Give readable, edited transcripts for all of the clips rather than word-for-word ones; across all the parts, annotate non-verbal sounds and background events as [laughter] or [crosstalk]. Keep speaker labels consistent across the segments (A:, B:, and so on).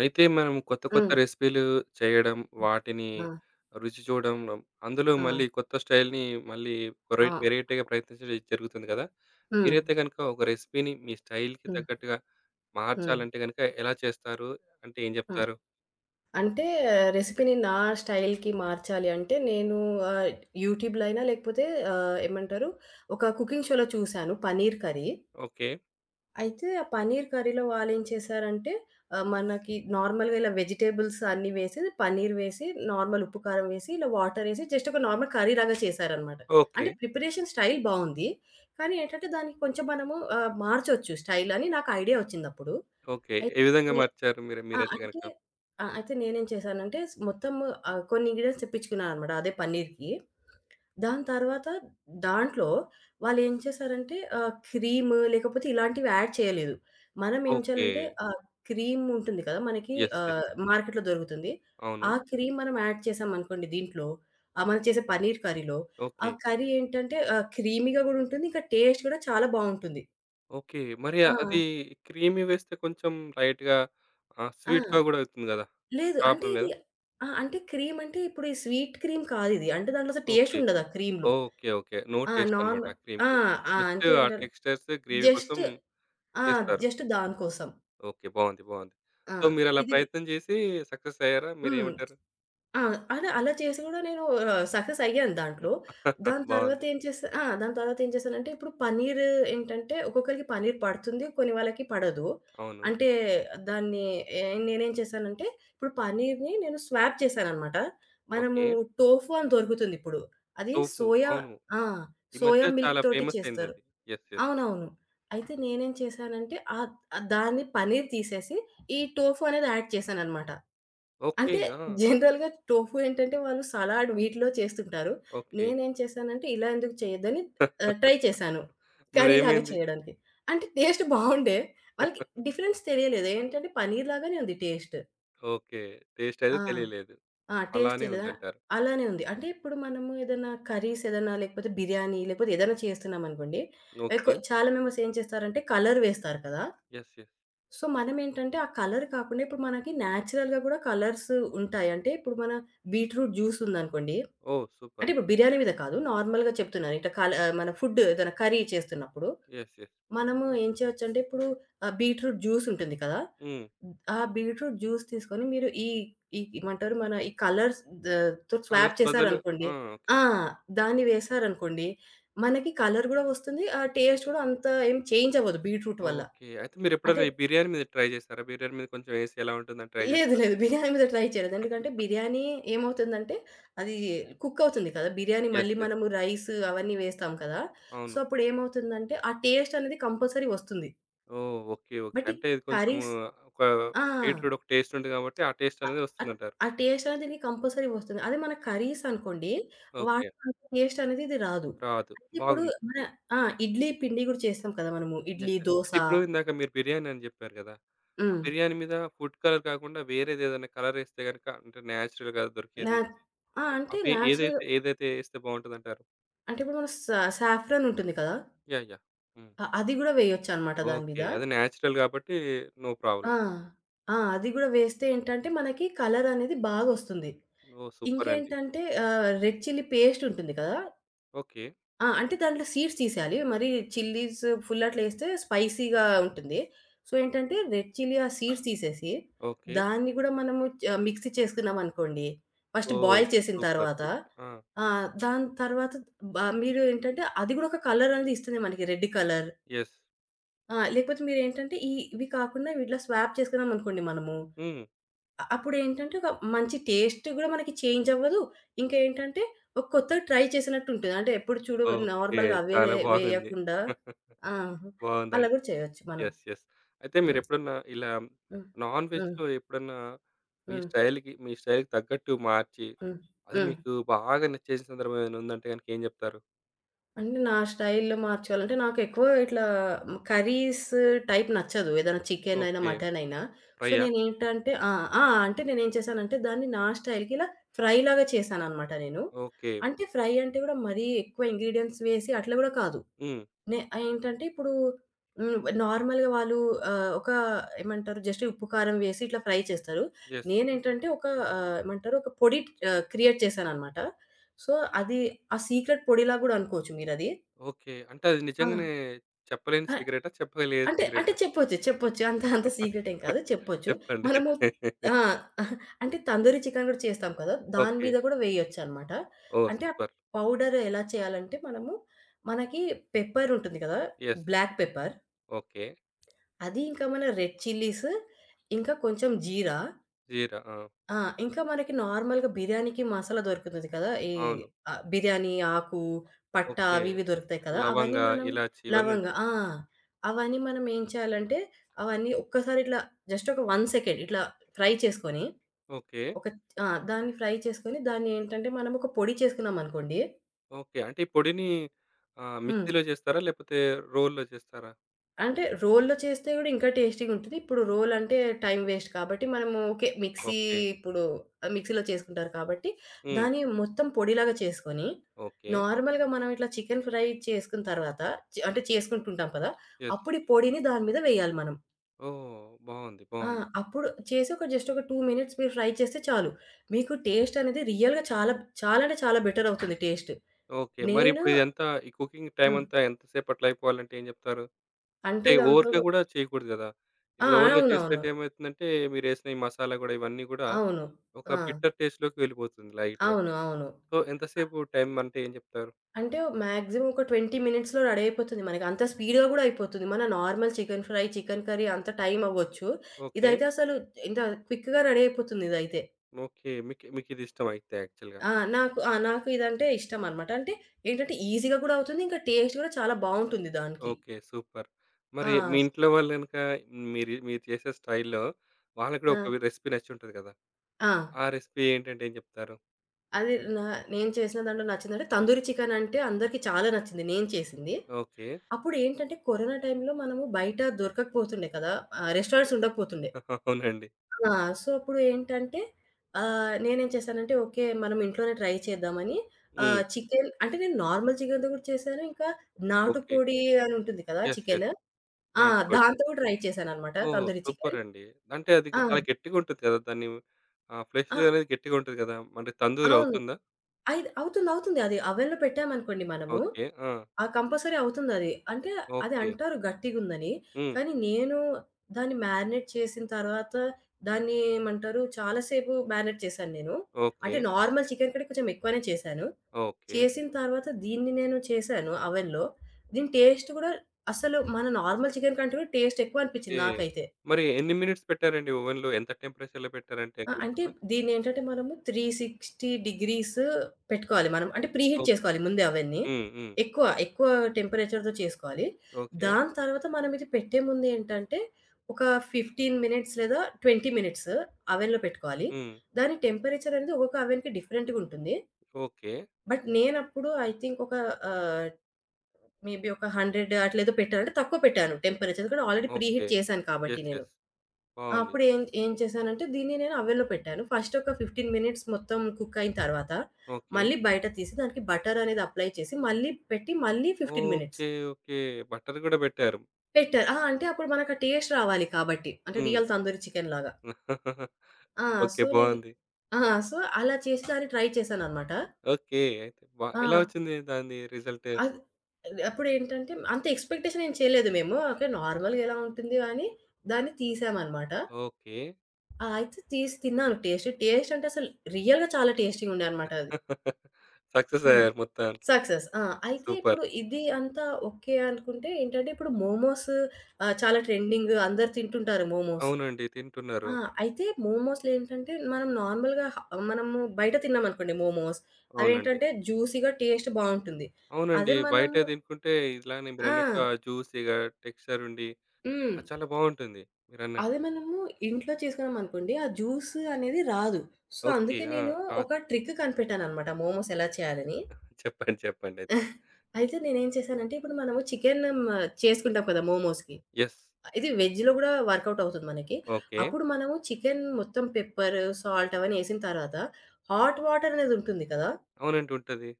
A: అయితే మనం కొత్త కొత్త
B: హ్మ్.
A: రెసిపీలు చేయడం, వాటిని
B: ఆ!
A: రుచి చూడడం, అందులో
B: ఆ!
A: మళ్ళీ కొత్త స్టైల్‌ని మళ్ళీ వెరై
B: ఆ!
A: వెరైటీగా ప్రయత్నించడం జరుగుతుంది కదా!
B: హ్మ్.
A: మీరైతే గనుక ఒక రెసిపీని మీ స్టైల్‌కి
B: హ్మ్.
A: తగ్గట్టుగా
B: హ్మ్.
A: మార్చాలంటే గనుక ఎలా చేస్తారు? అంటే ఏం
B: హ్మ్.
A: చెప్తారు?
B: అంటే రెసిపీని నా స్టైల్‌కి మార్చాలి అంటే నేను ఆహ్, యూట్యూబ్‌లో అయినా లేకపోతే ఏమంటారు ఒక కుకింగ్ షోలో చూసాను పనీర్ కర్రీ.
A: ఓకే.
B: అయితే ఆ పనీర్ కర్రీలో వాళ్ళేం చేశారంటే మనకి నార్మల్‌గా ఇలా వెజిటబుల్స్ అన్నీ వేసి పనీర్ వేసి నార్మల్ ఉప్పు, కారం వేసి ఇలా వాటర్ ఏసి జస్ట్ ఒక నార్మల్ కర్రీ లాగా చేశారనమాట.
A: ఓకే.
B: అంటే ప్రిపరేషన్ స్టైల్ బావుంది. కానీ ఏంటంటే దానికి కొంచెం మనము మార్చొచ్చు స్టైల్ అని నాకు ఐడియా వచ్చిందప్పుడు.
A: ఓకే.
B: అయితే
A: ఏ విధంగా మార్చారు మీరు
B: ఆ!
A: మీరైతే గనుక?
B: అంటే ఆ! అయితే నేనేం చేశానంటే మొత్తము కొన్ని ఇంగ్రీడియెంట్స్ తెప్పించుకున్నాననమాట. అదే పన్నీర్‌కి. దాని తర్వాత దాంట్లో వాళ్ళేం చేశారంటే క్రీమ్ లేకపోతే ఇలాంటివి యాడ్ చేయలేదు. మనం ఏం
A: ఓకే.
B: చేయాలంటే క్రీమ్ ఉంటుంది కదా! మనకి
A: యెస్. యెస్.
B: మార్కెట్‌లో దొరుకుతుంది.
A: అవును.
B: ఆ క్రీమ్ మనం యాడ్ చేశామనుకోండి దీంట్లో, మనం చేసే పన్నీర్ కర్రీలో, ఆ
A: ఓకే.
B: కర్రీ ఏంటంటే క్రీమీగా గూడా ఉంటుంది. ఇంకా టేస్ట్ కూడా చాలా బావుంటుంది.
A: ఓకే. మరి
B: ఆ!
A: అది క్రీమీ వేస్తే కొంచెం లైట్‌గా
B: ఆ!
A: స్వీట్‌గా గూడా అవుతుంది గదా!
B: లేదు. అంటే
A: ప్రాబ్లమ్
B: ఇది
A: లేదా?
B: ఆ! అంటే క్రీమ్ అంటే ఇప్పుడు ఈ స్వీట్ క్రీమ్ కాదిది. అంటే దాంట్లో అసలు టేస్ట్
A: ఓకే.
B: ఉండదు ఆ క్రీమ్‌లో.
A: ఓకే. ఓకే. నో
B: ఆ!
A: టేస్ట్ అన్నమాట
B: నార్మల్
A: ఆ
B: ఆ!
A: క్రీమ్‌కి.
B: ఆ!
A: జస్ట్
B: అంటే
A: ఆ టెక్స్చర్స్, గ్రేవీ
B: జస్ట్
A: కోసం
B: ఆ!
A: చేస్తారు.
B: జస్ట్ దానికోసం.
A: ఓకే. బాగుంది. బాగుంది.
B: ఆ!
A: సో, మీరలా
B: ఇది
A: ప్రయత్నం చేసి సక్సెస్ అయ్యారా?
B: హ్మ్.
A: మీరేమంటారు?
B: ఆ! అలా అలా చేసి గూడా నేను సక్సెస్ అయ్యాను దాంట్లో.
A: [laughs]
B: దాని తర్వాత
A: బాగుంది.
B: ఏం చేసా ఆ! దాని తర్వాత ఏం చేశానంటే ఇప్పుడు పన్నీర్ ఏంటంటే ఒక్కొక్కరికి పన్నీర్ పడుతుంది. కొన్ని వాళ్ళకి పడదు.
A: అవును.
B: అంటే దాన్ని ఏ నేనేం చేశానంటే ఇప్పుడు పన్నీర్‌ని నేను స్వాప్ చేశాననమాట. మనము
A: ఓకే.
B: టోఫు అని దొరుకుతుందిప్పుడు. అది
A: టోఫు.
B: సోయా
A: అవును.
B: ఆ!
A: ఈ
B: సోయా
A: మధ్య
B: మిల్క్
A: చాలా
B: తోటి
A: ఫేమస్
B: చేస్తారు.
A: అయిందది. యెస్. యెస్.
B: అవునవును. అయితే నేనేం చేశానంటే ఆహ్, ఆహ్, దాన్ని పన్నీర్ తీసేసి ఈ టోఫు అనేది యాడ్ చేశాననమాట.
A: ఓకే.
B: అంటే
A: ఆ!
B: జనరల్‌గా టోఫు ఏంటంటే వాళ్ళు సలాడ్ వీటిలో చేస్తుంటారు.
A: ఓకే.
B: నేనేం చేశానంటే ఇలా ఎందుకు చేయొద్దని
A: [laughs]
B: ట్రై చేశాను. కర్రీలాగా
A: మరేమైంది?
B: చేయడానికి. అంటే టేస్ట్ బావుండే. వాళ్ళకి డిఫరెన్స్ తెలియలేదు. ఏంటంటే పన్నీర్ లాగానే ఉంది టేస్ట్.
A: ఓకే. టేస్ట్ అయితే
B: ఆ!
A: తెలియలేదు.
B: ఆ! టేస్ట్
A: అలానే
B: తెలీదా
A: ఉందంటారు.
B: అలానే ఉంది. అంటే ఇప్పుడు మనము ఏదైనా కర్రీస్ ఏదైనా లేకపోతే బిర్యానీ లేకపోతే ఏదైనా చేస్తున్నామనుకోండి,
A: ఓకే.
B: ఎక్కువ చాలా మెంబర్స్ ఏం చేస్తారంటే కలర్ వేస్తారు కదా!
A: యెస్. యెస్.
B: సో, మనమేంటంటే ఆ కలర్ కాకుండా ఇప్పుడు మనకి నేచురల్‌గా గూడా కలర్స్ ఉంటాయి. అంటే ఇప్పుడు మన బీట్రూట్ జ్యూస్ ఉందనుకోండి.
A: ఓహ్!
B: అంటే
A: సూపర్.
B: ఇప్పుడు బిర్యానీ మీద కాదు. నార్మల్‌గా చెప్తున్నాను. ఇట్లా కల మన ఫుడ్ ఏదైనా కర్రీ చేస్తున్నప్పుడు
A: యెస్. యెస్.
B: మనము ఏం చేయొచ్చంటే ఇప్పుడు బీట్రూట్ జ్యూస్ ఉంటుంది కదా!
A: హ్మ్.
B: ఆ బీట్రూట్ జ్యూస్ తీసుకొని మీరు ఈ ఈ ఏమంటారు మన ఈ కలర్స్ ద తో స్వాప్
A: కలర్స్ బదులు
B: చేశారనుకోండి
A: ఆ! ఓకే.
B: ఆ! దాన్ని వేశారనుకోండి. మనకి కలర్ గూడా వస్తుంది. ఆ టేస్ట్ గూడా అంత ఏం చేంజ్ అవ్వదు బీట్రూట్ వల్ల.
A: ఓకే. అయితే
B: అంటే
A: మీరెప్పుడైనా ఈ బిర్యానీ మీద ట్రై చేసారా? బిర్యానీ మీద కొంచెం ఏసి ఎలా ఉంటుందని ట్రై
B: లేదు.
A: చేసారా?
B: లేదు. బిర్యానీ మీద ట్రై చేయలేదు. ఎందుకంటే బిర్యానీ ఏమవుతుందంటే అది కుక్ అవుతుంది కదా! బిర్యానీ
A: యెస్.
B: మళ్ళీ
A: యెస్.
B: మనము రైస్ అవన్నీ వేస్తాం కదా! సో,
A: అవును.
B: అప్పుడేమవుతుందంటే ఆ టేస్ట్ అనేది కంపల్సరీ వస్తుంది.
A: ఓహ్! ఓకే. ఓకే.
B: బట్ ఈ
A: అంటే ఇది కొంచెము
B: కర్రీస్
A: ఒక
B: ఆ!
A: బీట్‌రూట్ ఒక టేస్ట్ ఉంటుంది కాబట్టి, ఆ టేస్ట్
B: అ
A: అనేది
B: అట్
A: వస్తుందంటారు.
B: ఆ టేస్ట్ అనేది కంపల్సరీ వస్తుంది. అదే మన కర్రీస్ అనుకోండి
A: ఓకే.
B: వాటిలో అంత టేస్ట్ అనేది ఇది రాదు.
A: రాదు.
B: అయితే ఇప్పుడు
A: బాగుంది.
B: మన ఆ! ఇడ్లీ పిండి గూడా చేస్తాం కదా! మనము
A: యెస్.
B: ఇడ్లీ,
A: యెస్.
B: దోస
A: అయితే ఇప్పుడు ఇందాక మీరు బిర్యానీ అని చెప్పారు కదా! ఆ
B: హ్మ్.
A: బిర్యానీ మీద ఫుడ్ కలర్ కాకుండా వేరేదేదైనా కలర్ ఏస్తే గనుక అంటే నేచురల్‌గా
B: నా
A: దొరికేది.
B: ఆ! అంటే
A: అవి
B: నేచురల్
A: ఏదైతే ఏదైతే ఏస్తే బావుంటదంటారు?
B: అంటే ఇప్పుడు మన సాఫ్రాన్ ఉంటుంది కదా!
A: యాహ్! యాహ్! హ్మ్.
B: అది గూడా వేయొచ్చనమాట దాని
A: ఓకే.
B: మీద.
A: అది నేచురల్ కాబట్టి నో
B: ఆ!
A: ప్రాబ్లమ్.
B: ఆ! అది గూడా వేస్తే ఏంటంటే, మనకి కలరనేది బాగొస్తుంది.
A: ఓహ్! సూపర్ అండి.
B: ఇంకేంటంటే రెడ్ చిల్లీ పేస్ట్ ఉంటుంది కదా!
A: ఓకే.
B: ఆ! అంటే దాంట్లో సీడ్స్ తీసేయాలి. మరి చిల్లీస్ ఫుల్ అట్లా ఏస్తే స్పైసీగా ఉంటుంది. సో, ఏంటంటే రెడ్ చిల్లీ ఆ సీడ్స్ తీసేసి,
A: ఓకే.
B: దాన్ని గూడా మనము మిక్సీ చేసుకున్నామనుకోండి, ఫస్ట్
A: ఓహ్!
B: బాయిల్ చేసిన
A: సూపర్.
B: తర్వాత
A: సూపర్. ఆ!
B: దాని తర్వాత బ మీరు ఏంటంటే, అది గూడా ఒక కలరనేది ఇస్తుంది మనకి రెడ్ కలర్.
A: యెస్.
B: ఆ! లేకపోతే మీరేంటంటే ఈ ఇవి కాకుండా వీటిలో స్వాప్ చేసుకున్నామనుకోండి మనము.
A: హ్మ్.
B: అప్పుడేంటంటే ఒక మంచి టేస్ట్ గూడా మనకి చేంజ్ అవ్వదు. ఇంకా ఏంటంటే ఒక కొత్తది ట్రై చేసినట్టుంటది. అంటే ఎప్పుడు చూడు
A: ఓకే.
B: నార్మల్‌గా అవే
A: చాలా బాగుంది.
B: వేయకుండా
A: [laughs]
B: ఆ! అలా
A: బావుందండి.
B: గూడా చేయొచ్చు మనం.
A: యెస్. యెస్. అయితే
B: హ్మ్.
A: మీరెప్పుడన్నా ఇలా
B: హ్మ్.
A: నాన్
B: హ్మ్.
A: వెజ్‌లో ఎప్పుడన్నా మీ
B: హ్మ్.
A: స్టైల్‌కి మీ స్టైల్‌కి తగ్గట్టు మార్చి,
B: హ్మ్.
A: అది
B: హ్మ్.
A: మీకు బాగా నచ్చేసిన సందర్భం ఏమైనా ఉందంటే గనుక ఏం జెప్తారు?
B: అంటే నా స్టైల్‌లో మార్చాలంటే నాకెక్కువ ఇట్లా కర్రీస్ టైప్ నచ్చదు. ఏదైనా చికెన్ అయినా,
A: ఓకే.
B: మటన్ అయినా. సో,
A: ఫ్రైయ్యా?
B: నేనేంటంటే ఆ! ఆ! అంటే నేనేం చేశానంటే దాన్ని నా స్టైల్‌కి ఇలా ఫ్రైలాగా చేశాననమాట నేను.
A: ఓకే.
B: అంటే ఫ్రై అంటే గూడా మరీ ఎక్కువ ఇంగ్రీడియెంట్స్ వేసి అట్లా గూడా కాదు.
A: హ్మ్.
B: నే ఏంటంటే ఇప్పుడు హ్మ్. నార్మల్‌గా వాళ్ళు ఒక ఏమంటారు జస్ట్ ఉప్పు, కారం వేసి ఇట్లా ఫ్రై చేస్తారు.
A: యెస్.
B: నేనేంటంటే ఒక ఏమంటారు ఒక పొడి క్రియేట్ చేశాననమాట. సో, అది ఆ సీక్రెట్ పొడిలా గూడా అనుకోవచ్చు మీరది.
A: ఓకే. అంటే అది
B: ఆ!
A: నిజంగానే చెప్పలేని
B: అ
A: సిగరెటా? చెప్పగలిగే
B: అంటే అంటే
A: సిగరెటా?
B: చెప్పొచ్చు. చెప్పొచ్చు. అంత అంత
A: [laughs]
B: సీక్రెట్ ఏం కాదు. చెప్పొచ్చు.
A: చెప్పండి
B: మనము
A: అయితే.
B: ఆ!
A: [laughs]
B: అంటే తందూరి చికెన్ గూడా చేస్తాం కదా! దాని
A: ఓకే.
B: మీద గూడా వేయొచ్చనమాట.
A: ఓహ్!
B: అంటే ఆ
A: సూపర్.
B: పౌడర్ ఎలా చేయాలంటే మనము మనకి పెప్పర్ ఉంటుంది కదా!
A: యెస్.
B: Black pepper.
A: ఓకే.
B: అది ఇంకా మన రెడ్ చిల్లీస్, ఇంకా కొంచెం జీరా
A: జీరా. ఆ!
B: ఆ! ఇంకా మనకి నార్మల్‌గా బిర్యానీకి మసాలా దొరుకుతది కదా! ఈ
A: అవును.
B: బిర్యానీ ఆకు, పట్టా
A: ఓకే.
B: అవి ఇవి దొరుకుతాయి కదా!
A: లవంగ,
B: అవన్నీ మనం
A: ఇలాచి ఇవన్నీ
B: లవంగా
A: ఉంటాయి.
B: ఆ! అవన్నీ మనం ఏం చేయాలంటే, అవన్నీ ఒక్కసారి ఇట్లా జస్ట్ ఒక 1 సెకండ్ ఇట్లా ఫ్రై చేసుకొని,
A: ఓకే.
B: ఒక ఆ! దాన్ని ఫ్రై చేసుకొని, దాన్ని ఏంటంటే, మనం ఒక పొడి చేసుకున్నామనుకోండి
A: ఓకే. అంటే ఈ పొడిని
B: హ్మ్.
A: మిక్సీలో చేస్తారా? లేకపోతే రోల్లో చేస్తారా?
B: అంటే రోల్లో చేస్తే గూడా ఇంకా టేస్టీగుంటది. ఇప్పుడు రోల్ అంటే టైం వేస్ట్ కాబట్టి మనము ఓకే. Mixie
A: okay.
B: ఇప్పుడు మిక్సీలో చేసుకుంటారు కాబట్టి
A: హ్మ్.
B: దాన్ని మొత్తం పొడిలాగా చేసుకొని,
A: ఓకే.
B: నార్మల్‌గా మనం ఇట్లా చికెన్ ఫ్రై చేసుకున్న తర్వాత చే అంటే చేసుకుంటుంటాం కదా!
A: యెస్.
B: అప్పుడు ఈ పొడిని దాని మీద వేయాలి మనం.
A: ఓహ్! బావుంది.
B: ఆ!
A: బావుంది.
B: అప్పుడు చేసి ఒక జస్ట్ ఒక 2 మినిట్స్ మీరు ఫ్రై చేస్తే చాలు. మీకు టేస్ట్ అనేది రియల్‌గా చాలా, చాలా అంటే చాలా బెటర్ అవుతుంది టేస్ట్.
A: ఓకే.
B: నేను
A: మరిప్పుడు ఇదంతా ఈ కుకింగ్
B: హ్మ్.
A: టైమంతా ఎంతసేపట్ల అయిపోవాలంటే ఏం చెప్తారు?
B: అంటే
A: అంటే
B: దాంతో
A: ఓవర్‌గా గూడా చేయకూడదు గదా!
B: ఆ!
A: ఇప్పుడు ఓవర్‌గా
B: అవునవును.
A: చేస్తుంటే ఏమైతుందంటే మీరేసిన ఈ మసాలా గూడా ఇవన్నీ గూడా
B: అవును.
A: ఒక
B: ఆ!
A: బిట్టర్ టేస్ట్‌లోకి వెళ్ళిపోతుంది లైట్‌గా.
B: అవును. అవును.
A: సో, ఎంతసేపు టైం అంటే ఏం చెప్తారు?
B: అంటే మాక్సిమం ఒక 20 మినిట్స్‌లో రెడీ అయిపోతుంది మనకి. అంత స్పీడ్‌గా గూడా అయిపోతుంది. మన normal chicken fry, chicken curry అంత టైం అవ్వచ్చు.
A: ఓకే.
B: ఇదైతే అసలు ఇంత క్విక్‌గా రెడీ అయిపోతుంది ఇదైతే.
A: ఓకే. మీకు మీకిదిష్టమయితే యాక్చువల్‌గా.
B: ఆ! నాకు ఆ! నాకు ఇదంటే ఇష్టమనమాట. అంటే ఏంటంటే ఈజీగా గూడా అవుతుంది. ఇంకా టేస్ట్ గూడా చాలా బావుంటుంది దానికి.
A: ఓకే. సూపర్. మరి
B: ఆ!
A: మీ
B: స్
A: ఇంట్లో వాళ్ళు గనుక మీరు మీరు చేసే స్టైల్‌లో వాళ్ళకి కూడా
B: ఆ!
A: ఒక రెసిపీ నచ్చుంటది కదా!
B: ఆ!
A: ఆ రెసిపీ ఏంటంటే ఏం చెప్తారు?
B: అది నా నేను చేసిన దాంట్లో నచ్చిందంటే తందూరి చికెన్ అంటే అందరికి చాలా నచ్చింది నేను చేసింది.
A: ఓకే.
B: అప్పుడేంటంటే కరోనా టైంలో మనము బయట దొరకకపోతుండే కదా! రెస్టారెంట్స్ ఉండకపోతుండే.
A: [laughs] అవునండి.
B: ఆ! సో, అప్పుడు ఏంటంటే నేనేం చేశానంటే, ఓకే. మనం ఇంట్లోనే ట్రై చేద్దామని
A: హ్మ్.
B: చికెన్ అంటే నేను నార్మల్ చికెన్‌తో కూడా చేశాను. ఇంకా
A: ఓకే.
B: నాటుకోడి అని ఉంటుంది కదా!
A: యెస్. యెస్.
B: చికెను. ఆ!
A: నాటుకోడి.
B: దాంతో కూడా ట్రై చేశాననమాట.
A: ఓహ్!
B: తందూరి చికెన్.
A: సూపరండి. అంటే అది
B: ఆ!
A: చాలా గట్టిగుంటది కదా! దాన్ని ఫ్లెష్
B: ఆ!
A: అనేది గట్టిగుంటది కదా! అంటే తందూరి
B: అవును.
A: అవుతుందా?
B: అవుతుందవుతుంది. అది అవెన్‌లో పెట్టామనుకోండి మనము,
A: ఓకే. ఆ!
B: ఆ! కంపల్సరీ అవుతుందది. అంటే అది
A: ఓకే.
B: అంటారు గట్టిగుందని.
A: హ్మ్.
B: కానీ నేను దాన్ని మ్యారినేట్ చేసిన తర్వాత దాన్ని ఏమంటారు చాలా సేపు మ్యారినేట్ చేశాను నేను.
A: ఓకే.
B: అంటే నార్మల్ చికెన్ కంటే కొంచెం ఎక్కువనే చేశాను.
A: ఓకే.
B: చేసిన తర్వాత దీన్ని నేను చేశాను అవెన్‌లో. దీని టేస్ట్ గూడా అసలు మన నార్మల్ చికెన్ కంటే కూడా టేస్ట్ ఎక్కువ
A: ఓకే.
B: అనిపిచ్చింది నాకైతే.
A: మరి ఎన్ని మినిట్స్ పెట్టారండి ఓవెన్‌లో? ఎంత టెంపరేచర్‌లో పెట్టారంటే
B: ఆ! అంటే
A: గుర్తుందా?
B: దీన్నేంటంటే మనము 360 డిగ్రీస్ పెట్టుకోవాలి మనం. అంటే ప్రీ హీట్
A: ఓకే.
B: చేసుకోవాలి ముందే అవన్నీ.
A: హ్మ్. హ్మ్.
B: ఎక్కువ టెంపరేచర్‌తో చేసుకోవాలి.
A: ఓకే.
B: దాని తర్వాత మనం ఇది పెట్టే ముందేంటంటే ఒక 15 మినిట్స్ లేదా 20 మినిట్స్ అవెన్‌లో పెట్టుకోవాలి.
A: హ్మ్.
B: దాని టెంపరేచర్ అనేది ఒక్కొక్క అవెన్‌కి డిఫరెంట్‌గా ఉంటుంది.
A: ఓకే.
B: బట్ నేనప్పుడు ఐ థింక్ ఒక ఆహ్, మేబీ ఒక 100 అట్లేదో పెట్టాను. అంటే తక్కువ పెట్టాను టెంపరేచర్. ఎందుకంటే ఆల్రెడీ ప్రీ
A: ఓకే.
B: హీట్ చేశాను కాబట్టి
A: యెస్.
B: నేను.
A: యెస్. బావుంది.
B: అప్పుడు ఏం ఏం చేశానంటే దీన్ని నేను అవెన్‌లో పెట్టాను. ఫస్ట్ ఒక 15 మినిట్స్ మొత్తం కుక్ అయిన తర్వాత,
A: ఓకే.
B: మళ్ళీ బయట తీసి దానికి బటర్ అనేది అప్లై చేసి, మళ్ళీ పెట్టి మళ్ళీ 15 మినిట్స్
A: ఓకే. ఓకే. బటర్ గూడా బెట్టారు.
B: పెట్టారు. ఆ! అంటే అప్పుడు మనకు ఆ టేస్ట్ రావాలి కాబట్టి. అంటే
A: హ్మ్.
B: రియల్ తందూరి చికెన్ లాగా.
A: [laughs]
B: ఆ!
A: ఓకే.
B: సో, నేను
A: బావుంది.
B: ఆ! సో, అలా చేసి దాన్ని ట్రై చేశాననమాట.
A: ఓకే. అయితే
B: ఆ!
A: ఎలా వచ్చింది దాని రిజల్ట్?
B: అద్ అప్పుడేంటంటే అంత ఎక్స్‌పెక్టేషన్ ఏం చేయలేదు మేము. ఓకే. నార్మల్‌గా ఎలా ఉంటుంది అని దాన్ని తీసామనమాట.
A: ఓకే.
B: ఆ! అయితే తీసి తిన్నాను టేస్ట్. టేస్ట్ అంటే అసలు రియల్‌గా చాలా టేస్టీ‌గా ఉండే అనమాట అది.
A: [laughs] సక్సెస్
B: హ్మ్.
A: అయ్యారు మొత్తానికి.
B: సక్సెస్. ఆ! అయితే
A: సూపర్.
B: ఇప్పుడు ఇది అంతా ఓకే అనుకుంటే ఏంటంటే, ఇప్పుడు మోమోస్ చాలా ట్రెండింగ్ అందరూ తింటుంటారు మోమోస్.
A: అవునండి. తింటున్నారు.
B: ఆ! అయితే మోమోస్‌లేంటంటే, మనం నార్మల్‌గా మనము బయట తిన్నామనుకోండి మోమోస్,
A: అవునండి.
B: అవేంటంటే జ్యూసీగా టేస్ట్ బావుంటుంది.
A: అవునండి.
B: అదే
A: బయట
B: మనము
A: తినుకుంటే ఇలానే
B: ఆ!
A: మీరన్నట్టు ఆ జ్యూసీగా టెక్స్చర్ ఉండి,
B: హ్మ్.
A: అది చాలా బావుంటుంది
B: అదే
A: మీరన్నట్టు.
B: మనము ఇంట్లో చేసుకున్నామనుకోండి, ఆ జ్యూస్ అనేది రాదు. So,
A: okay.
B: అందుకే
A: ఆ!
B: నేను
A: రాదు.
B: ఒక ట్రిక్ కనిపెట్టాననమాట మోమోస్ ఎలా చేయాలని.
A: చెప్పండి. చెప్పండి.
B: అయితే నేనేం చేశానంటే, ఇప్పుడు మనము చికెన్ చేసుకుంటాం కదా మోమోస్‌కి.
A: యెస్.
B: ఇది వెజ్‌లో గూడా వర్కౌట్ అవుతుంది మనకి.
A: ఓకే.
B: అప్పుడు మనము చికెన్ మొత్తం పెప్పర్, సాల్ట్ అవన్నీ ఏసిన తర్వాత, హాట్ వాటర్ అనేది ఉంటుంది కదా!
A: అవునండి ఉంటది.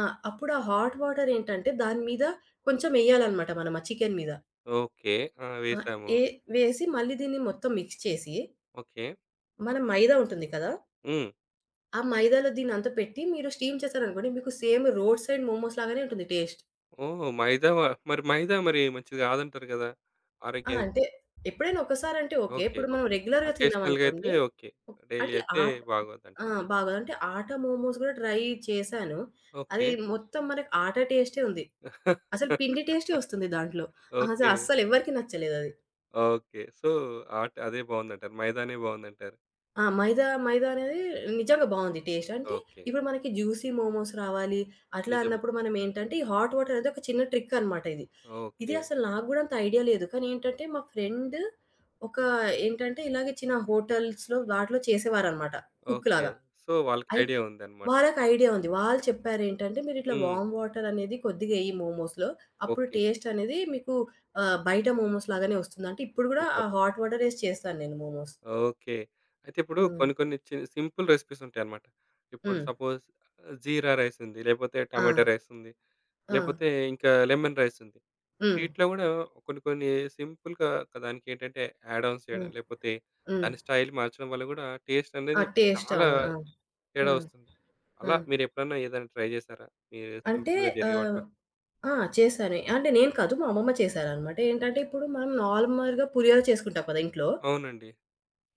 B: ఆ! అప్పుడు ఆ హాట్ వాటర్ ఏంటంటే, దాని మీద కొంచెం ఎయ్యాలనమాట మనం ఆ చికెన్ మీద.
A: ఓకే. ఆ!
B: ఆ!
A: వేసాము.
B: ఏ వేసి మళ్ళీ దీన్ని మొత్తం మిక్స్ చేసి,
A: ఓకే.
B: మన మైదా ఉంటుంది కదా!
A: హ్మ్.
B: ఆ మైదాలో దీన్నంతా పెట్టి మీరు స్టీమ్ చేశారనుకోండి, మీకు సేమ్ రోడ్ సైడ్ మోమోస్ లాగానే ఉంటుంది టేస్ట్.
A: ఓహ్! మైదా వ మరి మంచిది కాదంటారు కదా!
B: ఆ!
A: ఆరోగ్యానికి.
B: అంటే ఎప్పుడైనా ఒక్కసారంటే ఓకే.
A: ఓకే.
B: ఇప్పుడు మనం
A: ఓకే.
B: రెగ్యులర్‌గా
A: అకేషనల్‌గా అయితే
B: తిన్నామనుకోండి.
A: ఓకే. డైలీ
B: అంటే
A: అయితే
B: ఆట్
A: బాగోదంట.
B: ఆ! బాగోదు. అంటే ఆట మోమోస్ గూడా ట్రై చేశాను.
A: ఓకే.
B: అది మొత్తం మనకి ఆట టేస్టే ఉంది. అసలు
A: [laughs]
B: పిండి టేస్టే వస్తుంది దాంట్లో. అసలు
A: ఓకే.
B: అస్సలు ఎవ్వరికీ నచ్చలేదది.
A: ఓకే. సో, ఆట్ అదే బావుందంటారు. మైదానే బావుందంటారు.
B: ఆ! మైదా అనేది నిజంగా బావుంది టేస్ట్. అంటే
A: ఓకే.
B: ఇప్పుడు మనకి జ్యూసీ మోమోస్ రావాలి, అట్లా
A: నిజమే.
B: అన్నప్పుడు మనం ఏంటంటే, ఈ హాట్ వాటర్ అనేది ఒక చిన్న ట్రిక్ అనమాట ఇది. ఇది
A: ఓకే.
B: అసలు నాకు గూడా అంత ఐడియా లేదు. కానీ ఏంటంటే, మా ఫ్రెండ్ ఒక ఏంటంటే, ఇలాగే చిన్న హోటల్స్‌లో వాటిలో చేసేవారనమాట
A: ఓకే.
B: కుక్‌లాగా.
A: సో, వాళ్ళకి
B: అయి
A: ఐడియా ఉందన్నమాట.
B: వాళ్ళకి ఐడియా ఉంది. వాళ్ళు చెప్పారేంటంటే, "మీరిట్లా
A: హ్మ్.
B: వార్మ్ వాటర్ అనేది కొద్దిగా ఎయ్యి మోమోస్‌లో. అప్పుడు
A: ఓకే.
B: టేస్ట్ అనేది మీకు బయట మోమోస్ లాగానే వస్తుంది." అంటే ఇప్పుడు గూడా ఆ
A: సూపర్.
B: హాట్ వాటర్ ఏసి చేస్తాను నేను మోమోస్.
A: ఓకే. అయితే ఇప్పుడు
B: హ్మ్.
A: కొన్ని కొన్ని సింపుల్ రెసిపీస్ ఉంటాయన్నమాట. ఇప్పుడు
B: హ్మ్.
A: సపోజ్ జీరా రైస్ ఉంది. లేపోతే
B: ఆ!
A: టమాటా రైస్ ఉంది.
B: ఆ!
A: లేపోతే ఇంకా లెమన్ రైస్ ఉంది.
B: హ్మ్.
A: వీటిలో గూడా కొన్ని కొన్ని సింపుల్‌గా దానికేంటంటే యాడ్ ఆన్స్ చేయడం,
B: హ్మ్.
A: లేపోతే
B: హ్మ్.
A: దాని స్టైల్ మార్చడం వల్ల గూడా టేస్ట్
B: ఆ!
A: అనేది
B: టేస్ట్
A: చాలా
B: అవును. ఆ! ఆ!
A: తేడా వస్తుంది.
B: ఆ!
A: అలా మీరెప్పుడన్నా ఏదైనా ట్రై జేశారా? మీరు
B: అంటే
A: సింపుల్‌గా జరిగే
B: ఆహ్,
A: వాటిలో?
B: ఆ! చేశాను. అంటే నేను కాదు, మా అమ్మమ్మ చేశారనమాట. ఏంటంటే ఇప్పుడు మనం నార్మల్‌గా పులిహోర చేసుకుంటాం కదా ఇంట్లో.
A: అవునండి.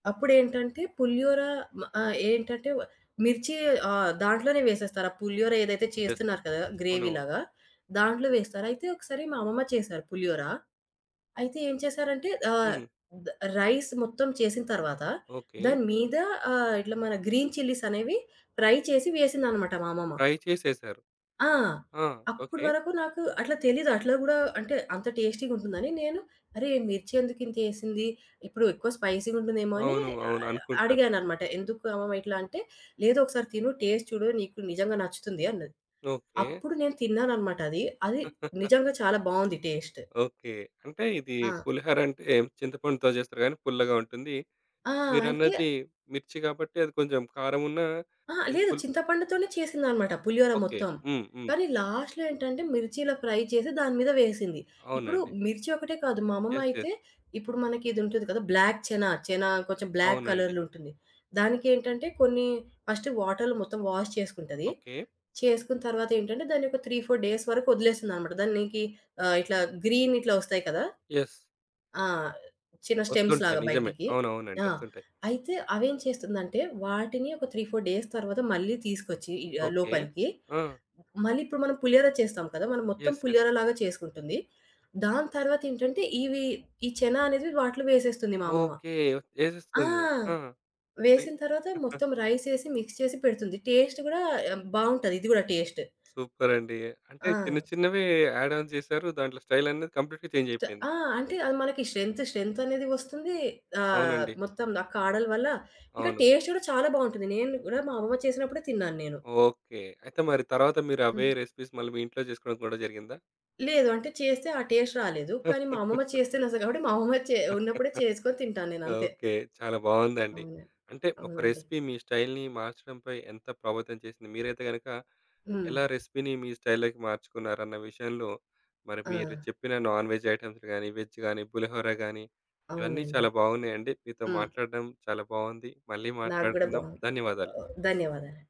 B: అప్పుడేంటంటే పులిహోర మ ఆహ్, ఏంటంటే వ- మిర్చి దాంట్లోనే వేసేస్తారు. ఆ పులిహోర ఏదైతే
A: యెస్.
B: చేస్తున్నారు కదా!
A: అవునవును.
B: గ్రేవీలాగా దాంట్లో వేస్తారు. అయితే ఒకసారి మా అమ్మమ్మ చేశారు పులిహోర. అయితే ఏం చేశారంటే
A: హ్మ్.
B: ద రైస్ మొత్తం చేసిన తర్వాత
A: ఓకే.
B: దాని మీద ఇట్లా మన గ్రీన్ చిల్లీస్ అనేవి ఫ్రై చేసి వేసిందనమాట మా అమ్మమ్మ.
A: ట్రై చేసేసారు.
B: ఆ!
A: ఆ!
B: అప్పటి
A: ఓకే.
B: వరకు నాకు అట్లా తెలీదు. అట్లా గూడా అంటే అంత టేస్టీగా ఉంటుందని నేను అరే! మిర్చి ఎందుకు ఇంతేసింది? ఇప్పుడు ఎక్కువ స్పైసీగా ఉంటుందేమో అని
A: అవును. అవును.
B: ఆహ్,
A: అనుకుంటారు.
B: అడిగాననమాట. ఎందుకు అమ్మమ్మ ఇట్లా అంటే, "లేదు ఒకసారి తిను టేస్ట్ చూడు నీకు నిజంగా నచ్చుతుంది" అన్నది.
A: ఓకే.
B: అప్పుడు నేను తిన్నాననమాట అది. అది నిజంగా చాలా బావుంది టేస్ట్.
A: ఓకే. అంటే ఇది
B: ఆ!
A: పులిహోర అంటే చింతపండుతో చేస్తారు గానీ పుల్లగా ఉంటుంది.
B: ఆ! అంటే
A: మీరన్నది మిర్చి కాబట్టి అది కొంచెం కారం ఉన్నా
B: ఆ!
A: ఇది
B: లేదు.
A: పుల్
B: చింతపండుతోనే చేసిందనమాట పులిహోర
A: ఓకే.
B: మొత్తం.
A: హ్మ్. హ్మ్.
B: కానీ లాస్ట్‌లో ఏంటంటే మిర్చిలా ఫ్రై చేసి దాని మీద వేసింది. ఇప్పుడు
A: అవునండి.
B: మిర్చి ఒకటే కాదు మా అమ్మమ్మ
A: యెస్.
B: అయితే
A: యెస్.
B: ఇప్పుడు మనకి ఇది ఉంటుంది కదా! బ్లాక్ చనా, చనా కొంచెం బ్లాక్
A: అవునండి.
B: కలర్‌లో ఉంటుంది. దానికేంటంటే కొన్ని ఫస్ట్ వాటర్‌లో మొత్తం వాష్ చేసుకుంటది.
A: ఓకే.
B: చేసుకున్న తర్వాత ఏంటంటే దాన్ని ఒక 3, 4 డేస్ వరకు వదిలేస్తుందనమాట. దానికి ఇట్లా గ్రీన్ ఇట్లా వస్తాయి కదా!
A: యెస్.
B: ఆ! చిన్న స్టెమ్స్
A: వస్తుంటాయి.
B: లాగా
A: నిజమే.
B: బయటికి.
A: అవునవునండి.
B: ఆ!
A: వస్తుంటాయి.
B: అయితే అవేం చేస్తుందంటే వాటిని ఒక 3, 4 డేస్ తర్వాత మళ్ళీ తీసుకొచ్చి ఈ
A: ఓకే.
B: లోపలికి
A: ఆ!
B: మళ్ళీ ఇప్పుడు మనం పులిహోర చేస్తాం కదా! మనం మొత్తం
A: యెస్. యెస్.
B: పులిహోర లాగా చేసుకుంటుంది. దాని తర్వాత ఏంటంటే ఇవి ఈ చెన అనేది వాటిలో వేసేస్తుంది మా అమ్మమ్మ.
A: ఓకే. యేసేస్తుంది. ఆ!
B: ఆ!
A: తి
B: వేసిన తర్వాత
A: [laughs]
B: మొత్తం రైస్ ఏసి మిక్స్ చేసి పెడుతుంది. టేస్ట్ గూడా బావుంటది ఇది గూడా టేస్ట్.
A: సూపర్ అండి. అంటే
B: ఆ!
A: చిన్న చిన్నవే యాడ్ ఆన్ చేశారు. దాంట్లో స్టైల్ అనేది కంప్లీట్‌గా చేంజ్ అయిపోయింది.
B: ఆ! అంటే అది మనకి స్ట్రెంత్ అనేది వస్తుంది.
A: అవునండి.
B: మొత్తం ఆ కాడల వల్ల ఇంకా
A: అవును.
B: టేస్ట్ కూడా చాలా బావుంటుంది. నేను కూడా మా అమ్మమ్మ చేసినప్పుడే తిన్నాను నేను.
A: ఓకే. అయితే మరి తర్వాత మీరు అవే
B: హ్మ్.
A: రెసిపీస్ మళ్ళీ మీ ఇంట్లో చేసుకోవడం కూడా జరిగిందా?
B: లేదు అంటే చేస్తే ఆ టేస్ట్ రాలేదు. కానీ మా
A: [laughs]
B: అమ్మమ్మ చేస్తే నచ్చదు కాబట్టి మా అమ్మమ్మ చే ఉన్నప్పుడే చేసుకొని తింటాను నేను అంతే.
A: ఓకే. చాలా బావుందండి.
B: అవును.
A: అంటే ఒక
B: అవునండి.
A: రెసిపీ మీ స్టైల్‌ని మార్చడంపై ఎంత ప్రభావితం చేసింది? మీరైతే గనక
B: హ్మ్.
A: ఎలా రెసిపీని మీ స్టైల్‌లోకి మార్చుకున్నారన్న విషయంలో మరి
B: ఆ!
A: మీరు చెప్పిన నాన్ వెజ్ ఐటెమ్స్ గాని, వెజ్ గాని, పులిహోర గాని ఇవన్నీ
B: అవునండి.
A: చాలా బాగున్నాయండి. మీతో
B: హ్మ్.
A: మాట్లాడడం చాలా బాగుంది. మళ్ళీ
B: నాకు కూడా
A: మాట్లాడుకుందాం.
B: బావుంది.
A: ధన్యవాదాలు.
B: ఓహ్! ధన్యవాదాలు.